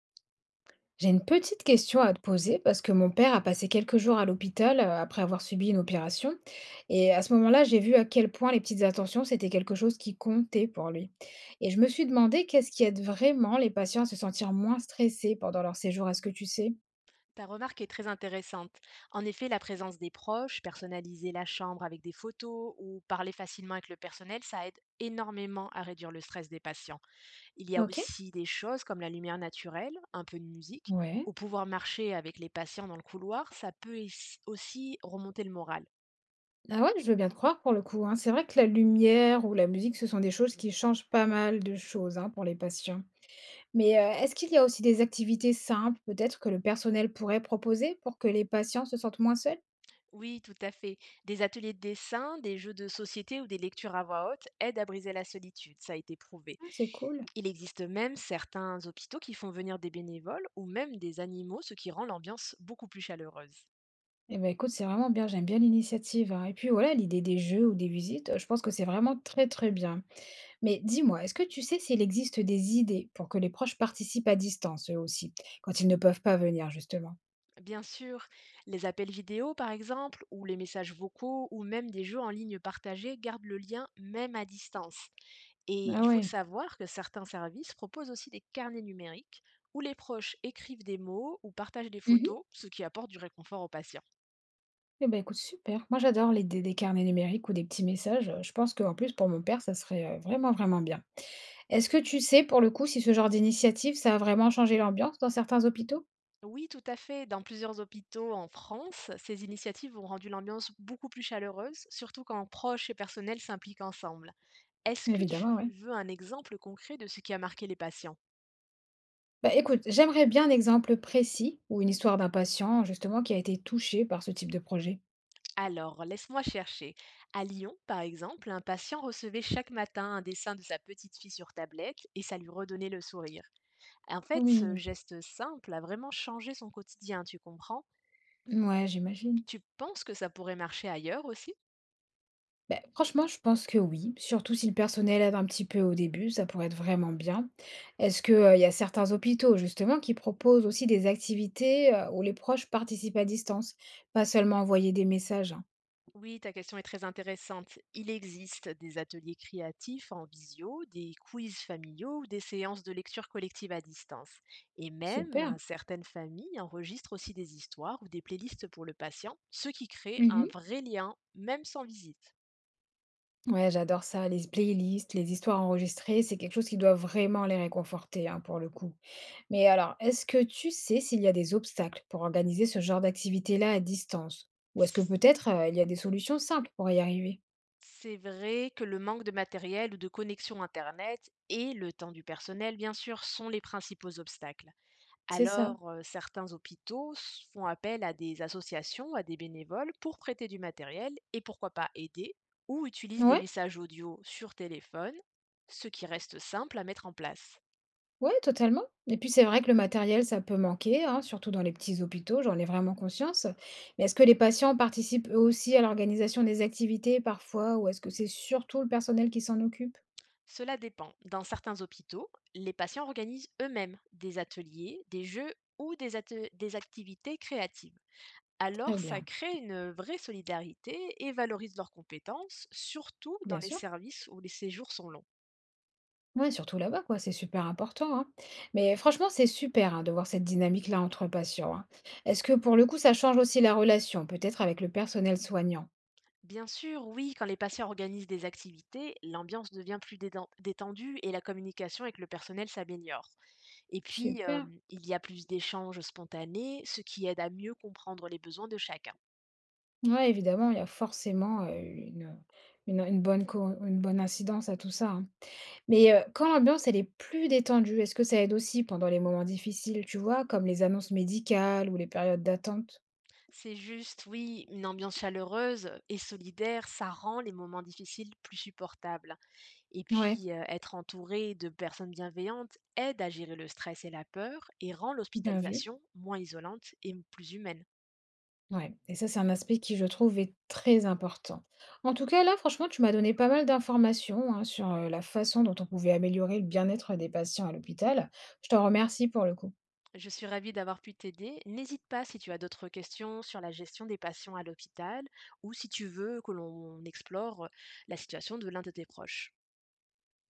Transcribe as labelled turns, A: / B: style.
A: J'ai une petite question à te poser parce que mon père a passé quelques jours à l'hôpital après avoir subi une opération. Et à ce moment-là, j'ai vu à quel point les petites attentions, c'était quelque chose qui comptait pour lui. Et je me suis demandé qu'est-ce qui aide vraiment les patients à se sentir moins stressés pendant leur séjour. Est-ce que tu sais?
B: Ta remarque est très intéressante. En effet, la présence des proches, personnaliser la chambre avec des photos ou parler facilement avec le personnel, ça aide énormément à réduire le stress des patients. Il y a
A: Ok.
B: aussi des choses comme la lumière naturelle, un peu de musique,
A: Ouais.
B: ou pouvoir marcher avec les patients dans le couloir, ça peut aussi remonter le moral.
A: Ah ouais, je veux bien te croire pour le coup, hein. C'est vrai que la lumière ou la musique, ce sont des choses qui changent pas mal de choses, hein, pour les patients. Mais est-ce qu'il y a aussi des activités simples, peut-être, que le personnel pourrait proposer pour que les patients se sentent moins seuls?
B: Oui, tout à fait. Des ateliers de dessin, des jeux de société ou des lectures à voix haute aident à briser la solitude, ça a été prouvé.
A: Ah, c'est cool.
B: Il existe même certains hôpitaux qui font venir des bénévoles ou même des animaux, ce qui rend l'ambiance beaucoup plus chaleureuse.
A: Eh ben, écoute, c'est vraiment bien, j'aime bien l'initiative, hein. Et puis voilà, l'idée des jeux ou des visites, je pense que c'est vraiment très très bien. Mais dis-moi, est-ce que tu sais s'il existe des idées pour que les proches participent à distance, eux aussi, quand ils ne peuvent pas venir, justement?
B: Bien sûr, les appels vidéo par exemple, ou les messages vocaux, ou même des jeux en ligne partagés gardent le lien même à distance. Et
A: Ah
B: il faut
A: ouais.
B: savoir que certains services proposent aussi des carnets numériques où les proches écrivent des mots ou partagent des
A: Mhm.
B: photos, ce qui apporte du réconfort aux patients.
A: Eh ben, écoute, super. Moi, j'adore l'idée des carnets numériques ou des petits messages. Je pense qu'en plus, pour mon père, ça serait vraiment, vraiment bien. Est-ce que tu sais, pour le coup, si ce genre d'initiative, ça a vraiment changé l'ambiance dans certains hôpitaux?
B: Oui, tout à fait. Dans plusieurs hôpitaux en France, ces initiatives ont rendu l'ambiance beaucoup plus chaleureuse, surtout quand proches et personnels s'impliquent ensemble. Est-ce que
A: Évidemment, ouais.
B: tu veux un exemple concret de ce qui a marqué les patients?
A: Bah, écoute, j'aimerais bien un exemple précis ou une histoire d'un patient justement qui a été touché par ce type de projet.
B: Alors, laisse-moi chercher. À Lyon, par exemple, un patient recevait chaque matin un dessin de sa petite fille sur tablette et ça lui redonnait le sourire. En fait,
A: Trop
B: ce
A: mignon.
B: geste simple a vraiment changé son quotidien, tu comprends?
A: Ouais, j'imagine.
B: Tu penses que ça pourrait marcher ailleurs aussi?
A: Bah, franchement, je pense que oui, surtout si le personnel aide un petit peu au début, ça pourrait être vraiment bien. Est-ce que, il y a certains hôpitaux justement qui proposent aussi des activités où les proches participent à distance, pas seulement envoyer des messages, hein.
B: Oui, ta question est très intéressante. Il existe des ateliers créatifs en visio, des quiz familiaux ou des séances de lecture collective à distance. Et même,
A: Super.
B: certaines familles enregistrent aussi des histoires ou des playlists pour le patient, ce qui crée un
A: Mhm.
B: vrai lien, même sans visite.
A: Ouais, j'adore ça, les playlists, les histoires enregistrées, c'est quelque chose qui doit vraiment les réconforter, hein, pour le coup. Mais alors, est-ce que tu sais s'il y a des obstacles pour organiser ce genre d'activité-là à distance? Ou est-ce que
B: C-
A: peut-être il y a des solutions simples pour y arriver?
B: C'est vrai que le manque de matériel ou de connexion Internet et le temps du personnel, bien sûr, sont les principaux obstacles.
A: C'est ça.
B: Alors, certains hôpitaux font appel à des associations, à des bénévoles pour prêter du matériel et pourquoi pas aider, ou utilisent des
A: Ouais,
B: messages audio sur téléphone, ce qui reste simple à mettre en place.
A: ouais, totalement. Et puis c'est vrai que le matériel, ça peut manquer, hein, surtout dans les petits hôpitaux, j'en ai vraiment conscience. Mais est-ce que les patients participent eux aussi à l'organisation des activités parfois, ou est-ce que c'est surtout le personnel qui s'en occupe?
B: Cela dépend. Dans certains hôpitaux, les patients organisent eux-mêmes des ateliers, des jeux ou des activités créatives.
A: Très
B: Alors, ça
A: bien,
B: crée une vraie solidarité et valorise leurs compétences, surtout dans
A: bien
B: les
A: sûr.
B: services où les séjours sont longs.
A: Ouais, surtout là-bas, quoi, c'est super important, hein. Mais franchement, c'est super, hein, de voir cette dynamique-là entre patients, hein. Est-ce que pour le coup, ça change aussi la relation, peut-être avec le personnel soignant?
B: Bien sûr, oui, quand les patients organisent des activités, l'ambiance devient détendue et la communication avec le personnel s'améliore. Et puis,
A: Super.
B: il y a plus d'échanges spontanés, ce qui aide à mieux comprendre les besoins de chacun.
A: Ouais, évidemment, il y a forcément une bonne co- une bonne incidence à tout ça, hein. Mais quand l'ambiance, elle est plus détendue, est-ce que ça aide aussi pendant les moments difficiles, tu vois, comme les annonces médicales ou les périodes d'attente?
B: C'est juste, oui, une ambiance chaleureuse et solidaire, ça rend les moments difficiles plus supportables. Et
A: Ouais,
B: puis, être entouré de personnes bienveillantes aide à gérer le stress et la peur et rend
A: bien vu.
B: l'hospitalisation moins isolante et plus humaine.
A: Ouais, et ça, c'est un aspect qui, je trouve, est très important. En tout cas, là, franchement, tu m'as donné pas mal d'informations hein, sur la façon dont on pouvait améliorer le bien-être des patients à l'hôpital. Je t'en remercie pour le coup.
B: Je suis ravie d'avoir pu t'aider. N'hésite pas si tu as d'autres questions sur la gestion des patients à l'hôpital ou si tu veux que l'on explore la situation de l'un de tes proches.